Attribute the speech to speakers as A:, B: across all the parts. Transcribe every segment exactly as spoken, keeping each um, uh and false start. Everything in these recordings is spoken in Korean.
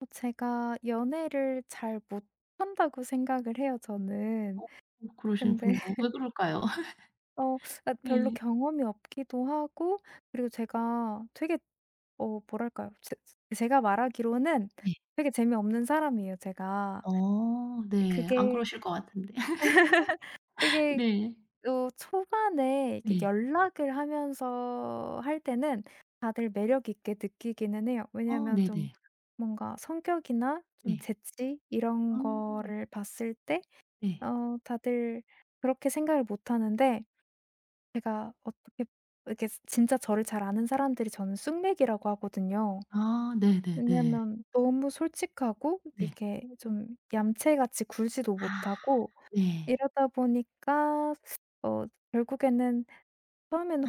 A: 어 제가 연애를 잘 못한다고 생각을 해요 저는.
B: 어
A: 근데
B: 그러시군요. 왜 그럴까요?
A: 어 아 별로
B: 네.
A: 경험이 없기도 하고, 그리고 제가 되게 어 뭐랄까요? 제 제가 말하기로는
B: 네.
A: 되게 재미없는 사람이에요 제가.
B: 어. 네. 안
A: 그게
B: 그러실 것 같은데.
A: 이게
B: 네.
A: 또 초반에 이렇게
B: 네.
A: 연락을 하면서 할 때는 다들 매력 있게 느끼기는 해요.
B: 어
A: 왜냐하면 좀
B: 네네.
A: 뭔가 성격이나 좀
B: 네.
A: 재치 이런
B: 음.
A: 거를 봤을 때
B: 네.
A: 어 다들 그렇게 생각을 못 하는데, 제가 어떻게 이렇게 진짜 저를 잘 아는 사람들이 저는 숙맥이라고 하거든요.
B: 아 네네네.
A: 왜냐면 너무 솔직하고
B: 네.
A: 이렇게 좀 얌체같이 굴지도
B: 아.
A: 못하고.
B: 네.
A: 이러다 보니까 어 결국에는
B: 아.
A: 처음에는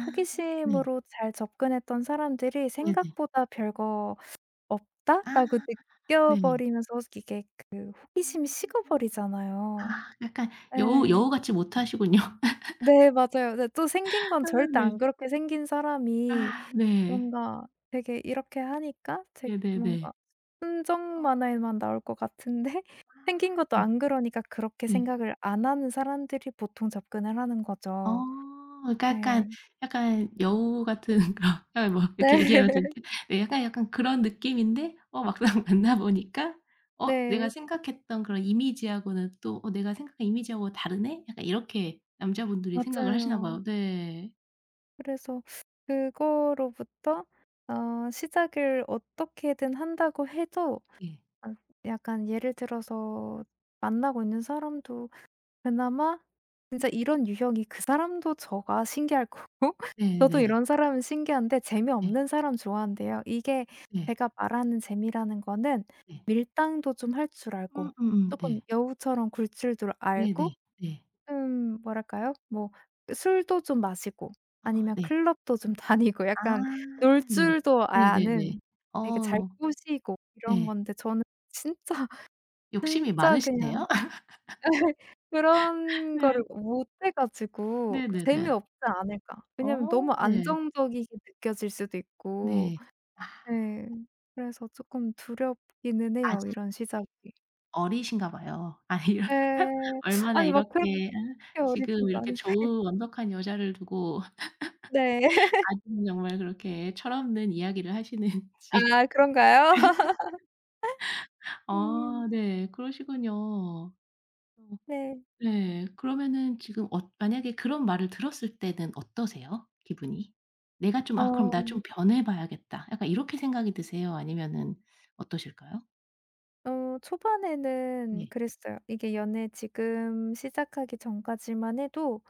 B: 네.
A: 호기심으로 잘 접근했던 사람들이
B: 네네.
A: '생각보다 별거
B: 아.
A: 없다.'라고
B: 네.
A: 느껴 버리면서 이게 그 호기심이 식어
B: 음.
A: 버리잖아요.
B: 아 약간 여우
A: 네.
B: 여우같이 못하시군요.
A: 네 맞아요. 네 또 생긴 건
B: 아
A: 절대
B: 네.
A: 안 그렇게 생긴 사람이
B: 아 네.
A: 뭔가 되게 이렇게 하니까 제
B: 네네네.
A: 뭔가 순정
B: 어.
A: 만화에만 나올 것 같은데 생긴
B: 아.
A: 것도
B: 네.
A: 안 그러니까 그렇게
B: 네.
A: 생각을 안 하는 사람들이 보통 접근을 하는
B: 어.
A: 거죠.
B: 그러니까 약간,
A: 네
B: 약간, 여우 같은 그런 약간 뭐 이렇게
A: 네.
B: 얘기하면 좀 네 약간, 약간 그런 느낌인데 어 막상 만나 보니까 '어 내가
A: 네.
B: 생각했던 그런 이미지하고는 또 어 내가 생각한 이미지하고 다르네?' 약간 이렇게 남자분들이 생각을 하시나
A: 맞아요.
B: 봐요. 네.
A: 그래서 그거로부터 어 시작을 어떻게든 한다고 해도,
B: 예.
A: 아 약간 예를 들어서 만나고 있는 사람도, 그나마 진짜 이런 유형이 그 사람도 저가 신기할 거고
B: 네. 네
A: 저도
B: 네.
A: 이런 사람은 신기한데
B: 네.
A: 재미없는 사람 좋아한대요. 이게
B: 네.
A: 제가 말하는 재미라는 거는
B: 네.
A: 밀당도 좀 할 줄 알고,
B: 음음음.
A: 조금
B: 네.
A: 여우처럼 굴 줄도
B: 네네.
A: 알고,
B: 네. 네.
A: 음 뭐랄까요? 뭐 술도 좀 마시고,
B: 아
A: 아니면
B: 네.
A: 클럽도 좀 다니고
B: 아
A: 약간 놀
B: 네네.
A: 줄도 아는,
B: 네네네.
A: 되게 잘
B: 어
A: 꼬시고 이런
B: 네.
A: 건데. 저는 진짜
B: 욕심이
A: 진짜 그냥
B: 많으신데요?
A: 그런 거를
B: 네.
A: 못 해 가지고 그
B: 네네네.
A: '재미없지 않을까.' 왜냐면 너무
B: 어 네.
A: 안정적이게 느껴질 수도 있고.
B: 네. 아
A: 예. 그래서 쪼끔 두렵기는 해요,
B: 아직
A: 이런 시작이.
B: 어리신가 봐요. 아 이런
A: 예.
B: 얼마나
A: 아니 막 그렇게
B: 이렇게 아 지금
A: 어리진도 않
B: 이렇게
A: 은
B: 좋은 완벽한 여자를 두고
A: 네.
B: 아직은 정말 그렇게 철없는 이야기를 하시는지.
A: 아 그런가요? 음
B: 아 네. 그러시군요. 어
A: 네.
B: 네. 그러면은 지금 어 만약에 그런 말을 들었을 때는 어떠세요? 기분이? 내가 좀 '아 그럼
A: 어.
B: 나 좀 변해 봐야겠다.' 약간 이렇게 생각이 드세요? 아니면은 어떠실까요?
A: 어 초반에는
B: 네.
A: 그랬어요. 이게 연애 지금 시작하기 전까지만 해도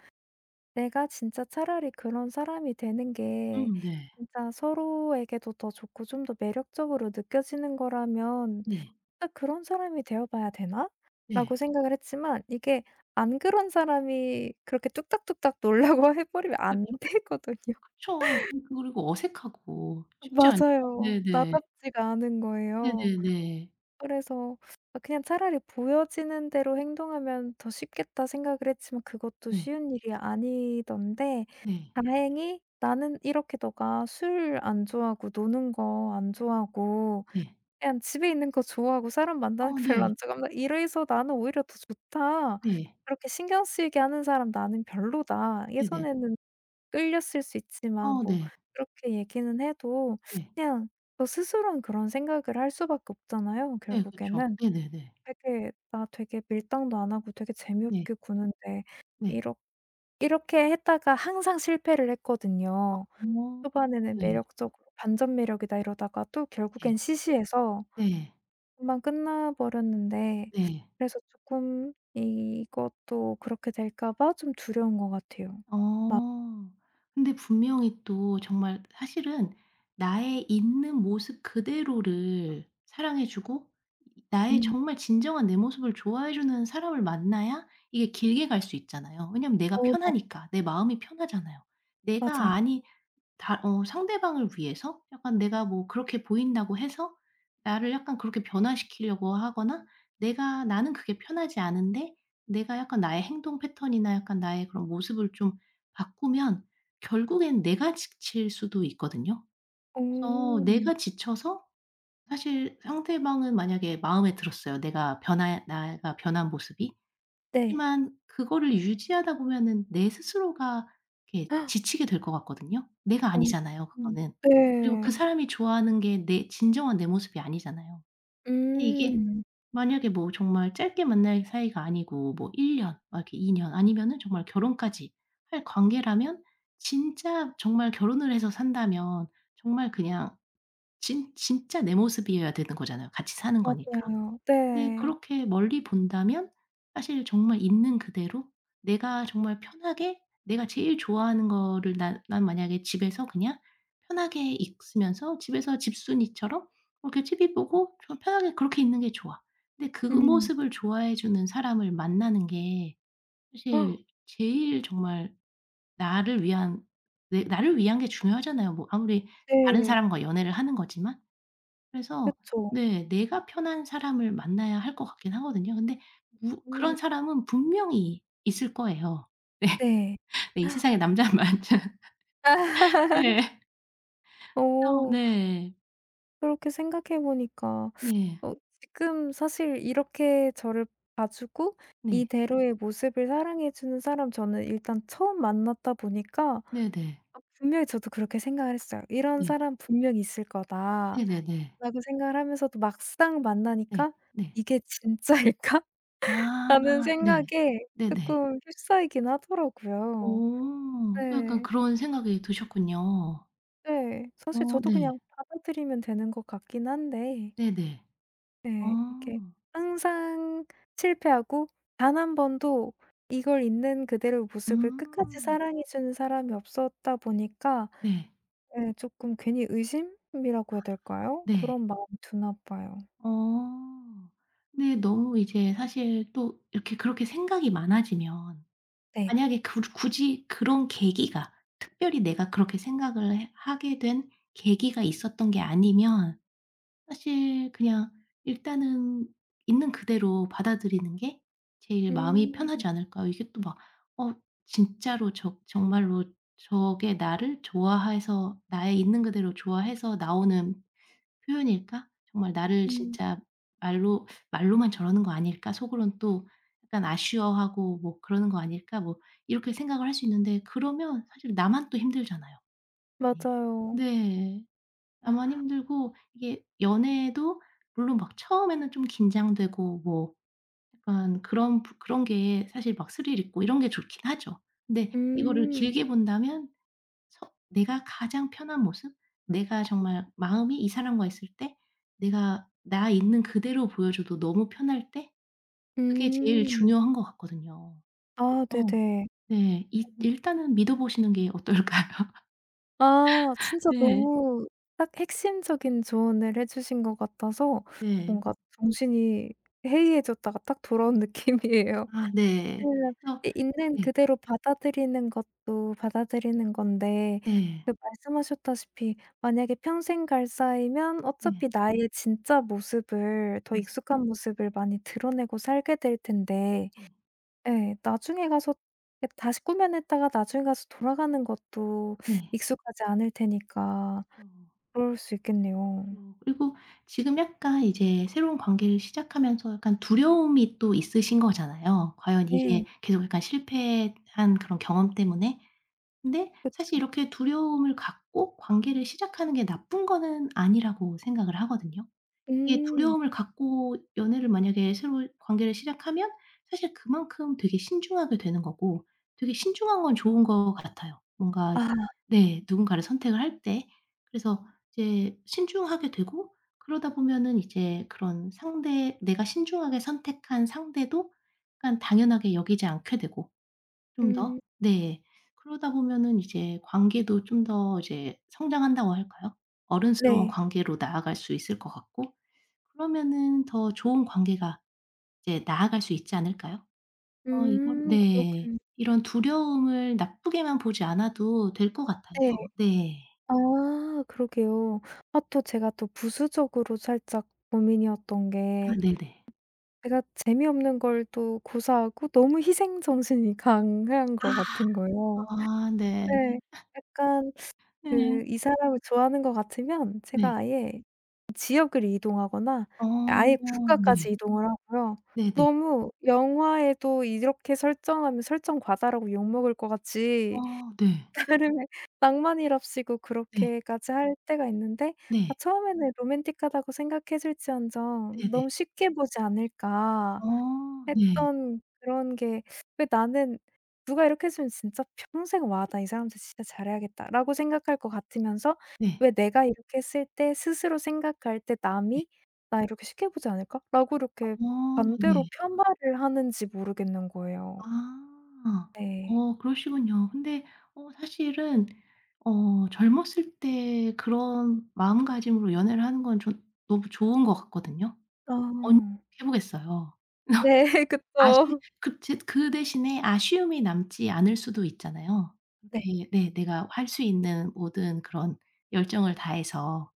A: 내가 진짜 차라리 그런 사람이 되는 게
B: 음 네.
A: 진짜 서로에게도 더 좋고 좀 더 매력적으로 느껴지는 거라면
B: 네.
A: '아 그런 사람이 되어 봐야 되나?' 라고
B: 네.
A: 생각을 했지만, 이게 안 그런 사람이 그렇게 뚝딱뚝딱 놀라고 해 버리면 안
B: 그쵸,
A: 되거든요.
B: 그쵸. 그 그리고 어색하고 쉽지 않죠.
A: 맞아요.
B: 네네.
A: 나답지가 않은 거예요.
B: 네네네.
A: 그래서 아 그냥 차라리 '보여지는 대로 행동하면 더 쉽겠다.' 생각을 했지만 그것도
B: 네.
A: 쉬운 일이 아니던데.
B: 네.
A: 다행히 나는 이렇게 너가 술 안 좋아하고 노는 거 안 좋아하고
B: 네.
A: 그냥 집에 있는 거 좋아하고 사람 만나는
B: 어
A: 거 별로
B: 네.
A: 안 좋아한다. 이래서 나는 오히려 더 좋다.
B: 네.
A: 그렇게 신경 쓰이게 하는 사람 나는 별로다.
B: 네네.
A: 예전에는 끌렸을 수 있지만,
B: 어
A: 뭐
B: 네.
A: 그렇게 얘기는 해도
B: 네.
A: 그냥 저 스스로는 그런 생각을 할 수밖에 없잖아요,
B: 네 그쵸.
A: 결국에는.
B: 네네네.
A: 되게 나 되게 밀당도 안 하고 되게
B: 네.
A: 재미없게 구는데,
B: 네.
A: 이렇 이렇게 했다가 항상 실패를 했거든요.
B: 어
A: 초반에는
B: 네.
A: 매력적으로 반전 매력이다 이러다가 또
B: 네.
A: 결국엔 시시해서
B: 네.
A: 금방 끝나 버렸는데,
B: 네.
A: 그래서 쪼끔 이것도 그렇게 될까 봐 좀 두려운 것 같아요.
B: 어. 근데 분명히 또 정말 사실은 나의 있는 모습 그대로를 사랑해 주고 나의
A: 음.
B: 정말 진정한 내 모습을 좋아해 주는 사람을 만나야 이게 길게 갈 수 있잖아요. 왜냐면 내가
A: 어 네.
B: 편하니까. 내 마음이 편하잖아요. 내가
A: 맞아요.
B: 아니 다 어 상대방을 위해서 약간 내가 뭐 그렇게 보인다고 해서 나를 약간 그렇게 변화시키려고 하거나 내가 나는 그게 편하지 않은데 내가 약간 나의 행동 패턴이나 약간 나의 그런 모습을 좀 바꾸면 결국엔 내가 지칠 수도 있거든요.
A: 어
B: 그래서
A: 음.
B: 내가 지쳐서 사실 상대방은 만약에 마음에 들었어요. 내가 변화 내가 변한 모습이.
A: 네.
B: 하지만 그거를 유지하다 보면은 내 스스로가 이렇게 지치게 될 것 같거든요. 내가
A: 어
B: 아니잖아요
A: 음
B: 그거는. 그리고 그
A: 네.
B: 사람이 좋아하는 게 내 진정한 내 모습이 아니잖아요. 근데 이게
A: 음.
B: 만약에 뭐 정말 짧게 만날 사이가 아니고 뭐 1 년 막 이렇게 2 년 아니면은 정말 결혼까지 할 관계라면 진짜 정말 결혼을 해서 산다면 정말 그냥 진 진짜 내 모습이어야 되는 거잖아요 같이 사는 거니까.
A: 맞아요.
B: 근데
A: 네.
B: 그렇게 멀리 본다면 사실 정말 있는 그대로 내가 정말 편하게 내가 제일 좋아하는 거를 난 난 만약에 집에서 그냥 편하게 있으면서 집에서 집순이처럼 그렇게 티비 보고 좀 편하게 그렇게 있는 게 좋아. 근데 그
A: 음.
B: 모습을 좋아해 주는 사람을 만나는 게 사실 제일 정말 나를 위한 내 나를 위한 게 중요하잖아요. 뭐 아무리 다른
A: 네.
B: 사람과 연애를 하는 거지만. 그래서
A: 그쵸.
B: 네 내가 편한 사람을 만나야 할 것 같긴 하거든요. 근데 무
A: 음.
B: 그런 사람은 분명히 있을 거예요.
A: 네.
B: 네. 이 세상에 남자만 네. 어
A: 어
B: 네.
A: 그렇게 생각해 보니까
B: 네.
A: 어 지금 사실 이렇게 저를 봐주고
B: 네.
A: 이대로의 모습을 사랑해 주는 사람 저는 일단 처음 만났다 보니까,
B: 네네.
A: 아 분명히 저도 그렇게 생각을 했어요. '이런
B: 네.
A: 사람 분명히 있을
B: 네네네.
A: 거다.'라고
B: 네. 네.
A: 생각을 하면서도 막상
B: 네.
A: 만나니까
B: 네. 네.
A: '이게 진짜일까?'라는
B: 아 네.
A: 생각에
B: 네네.
A: 쪼끔 휩싸이긴 하더라고요.
B: 어 약간
A: 네.
B: 그런 생각이 드셨군요.
A: 네. 사실
B: 어
A: 저도
B: 네.
A: 그냥 받아들이면 되는 것 같긴 한데,
B: 네네.
A: 네 이게
B: 어.
A: 항상 실패하고 단 한 번도 이걸 있는 그대로 모습을 끝까지
B: 음.
A: 사랑해 주는 사람이 없었다 보니까
B: 네.
A: 예 쪼끔 괜히 의심이라고 해야 될까요?
B: 네.
A: 그런 마음이 드나 봐요.
B: 어. 근데 너무 이제 사실 또 이렇게 그렇게 생각이 많아지면
A: 네.
B: 만약에 그 굳이 그런 계기가 특별히 내가 그렇게 생각을 해 하게 된 계기가 있었던 게 아니면 사실 그냥 일단은 있는 그대로 받아들이는 게 제일 마음이
A: 음.
B: 편하지 않을까요? 이게 또 막 '어 진짜로 저 정말로 저게 나를 좋아해서 나의 있는 그대로 좋아해서 나오는 표현일까? 정말 나를 음.
A: 음.
B: 진짜 말로 '말로만 저러는 거 아닐까?' 속으론 또 약간 아쉬워하고 뭐 '그러는 거 아닐까?' 뭐 이렇게 생각을 할 수 있는데 그러면 사실 나만 또 힘들잖아요. 네.
A: 맞아요.
B: 네. 나만
A: 아.
B: 힘들고 이게 연애도 물론 막 처음에는 좀 긴장되고 뭐 약간 그런 부 그런 게 사실 막 스릴 있고 이런 게 좋긴 하죠. 근데 이거를
A: 음.
B: 길게 본다면 서 내가 가장 편한 모습? 내가 정말 마음이 이 사람과 있을 때 내가 나 있는 그대로 보여줘도 너무 편할 때 그게 제일
A: 음.
B: 중요한 것 같거든요.
A: 아
B: 어
A: 네네.
B: 네. 이 일단은 믿어 보시는 게 어떨까요?
A: 아 진짜
B: 네.
A: 너무 딱 핵심적인 조언을 해 주신 것 같아서
B: 네.
A: 뭔가 정신이 해이해졌다가 딱 돌아온 느낌이에요.
B: 아 네.
A: 왜냐면
B: 그래서
A: 이 있는
B: 네.
A: 그대로 받아들이는 것도 받아들이는 건데,
B: 네.
A: 그 말씀하셨다시피 만약에 평생 갈 사이면
B: 네.
A: 어차피 나의 진짜 모습을 더
B: 네.
A: 익숙한 모습을 많이 드러내고 살게 될 텐데.
B: 음.
A: 예. 나중에 가서 예 다시 꾸며냈다가 나중에 가서 돌아가는 것도
B: 네.
A: 익숙하지 않을 테니까
B: 그쵸.
A: 그럴 수 있겠네요.
B: 어 그리고 지금 약간 이제 새로운 관계를 시작하면서 약간 두려움이 또 있으신 거잖아요. 과연
A: 네.
B: 이게 계속 약간 실패한 그런 경험 때문에. 근데 사실
A: 그쵸.
B: 이렇게 두려움을 갖고 관계를 시작하는 게 나쁜 거는 아니라고 생각을 하거든요. 이
A: 음.
B: 두려움을 갖고 연애를 만약에 새로 관계를 시작하면 사실 그만큼 되게 신중하게 되는 거고 되게 신중한 건 좋은 것 같아요. 뭔가
A: 아.
B: 이제 네 누군가를 선택을 할 때. 그래서 이제 신중하게 되고 그러다 보면은 이제 그런 상대 내가 신중하게 선택한 상대도 약간 당연하게 여기지 않게 되고 좀 더
A: 음.
B: 네. 그러다 보면은 이제 관계도 좀 더 이제 성장한다고 할까요? 어른스러운
A: 네.
B: 관계로 나아갈 수 있을 것 같고 그러면은 더 좋은 관계가 이제 나아갈 수 있지 않을까요? 어 이거
A: 음.
B: 네.
A: 그렇겠네.
B: 이런 두려움을 나쁘게만 보지 않아도 될 것 같아요.
A: 네.
B: 네.
A: 아 그러게요. 아 또 제가 또 부수적으로 살짝 고민이었던
B: 아
A: 게
B: 네네.
A: 제가 재미없는 걸 또 고사하고 너무 희생정신이 강한 것 같은 거예요.
B: 아 네.
A: 예. 약간
B: 네.
A: 그 이 사람을 좋아하는 것 같으면
B: 네.
A: 제가 아예 지역을 이동하거나
B: 어
A: 아예
B: 네.
A: 국가까지 이동을 하고요.
B: 네네.
A: 너무 영화에도 이렇게 설정하면 설정 과다라고 욕먹을 것 같이
B: 어 네.
A: 사람의 낭만이랍시고
B: 네.
A: 그렇게까지 할 때가 있는데, 아
B: 네.
A: 처음에는 로맨틱하다고 생각했을지언정
B: 네네.
A: '너무 쉽게 보지 않을까.'
B: 어 네.
A: 했던 그런 게, 왜 나는 누가 이렇게 해 주면 진짜 평생 '와 나 이 사람한테 진짜 잘해야겠다.'라고 생각할 것 같으면서
B: 네.
A: 왜 내가 이렇게 했을 때 스스로 생각할 때
B: 네.
A: 남이 '나 이렇게 쉽게 보지 않을까?'라고 이렇게 음.
B: 어
A: 반대로
B: 네.
A: 폄하를 하는지 모르겠는 거예요.
B: 아.
A: 네.
B: 어 그러시군요. 근데 어 사실은 어 젊었을 때 그런 마음가짐으로 연애를 하는 건 전 너무 좋은 것 같거든요.
A: 아.
B: 언 해 보겠어요.
A: 네.
B: 아쉬
A: 그쵸.
B: 그 제 그 대신에 아쉬움이 남지 않을 수도 있잖아요.
A: 네.
B: 이렇게 네 내가 할 수 있는 모든 그런 열정을 다해서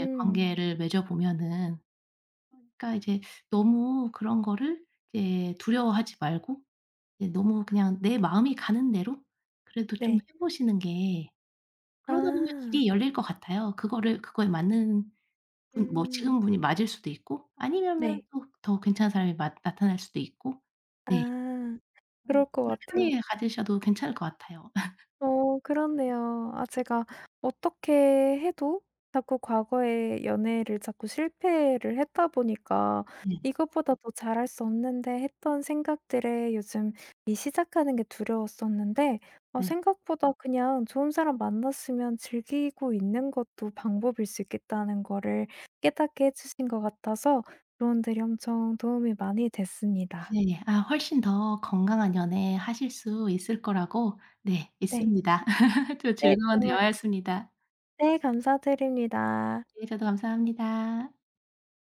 B: 예 관계를 맺어 보면은 그러니까 이제 너무 그런 거를 이제 두려워하지 말고 예 너무 그냥 내 마음이 가는 대로 그래도 좀
A: 네.
B: 해 보시는 게 그러다 보면
A: 아.
B: 길이 열릴 것 같아요. 그거를 그거에 맞는 분 뭐
A: 음.
B: 지금 분이 맞을 수도 있고 아니면
A: 네.
B: 또더 괜찮은 사람이 마 나타날 수도 있고 네.
A: 아.
B: 어
A: 그럴
B: 마음을
A: 것 같아요.
B: 편히 가지셔도 괜찮을 것 같아요.
A: 어 그렇네요. 아 제가 어떻게 해도 자꾸 과거의 연애를 자꾸 실패를 했다 보니까
B: 네.
A: '이것보다 더 잘할 수 없는데.' 했던 생각들에 요즘 이 시작하는 게 두려웠었는데, 어
B: 네.
A: 생각보다 그냥 좋은 사람 만났으면 즐기고 있는 것도 방법일 수 있겠다는 거를 깨닫게 해 주신 것 같아서 조언들이 엄청 도움이 많이 됐습니다.
B: 네, 아 훨씬 더 건강한 연애 하실 수 있을 거라고 네 있습
A: 네.
B: 니다 또
A: 네
B: 즐거운
A: 정말
B: 대화였습니다.
A: 네 감사드립니다.
B: 네 저도 감사합니다.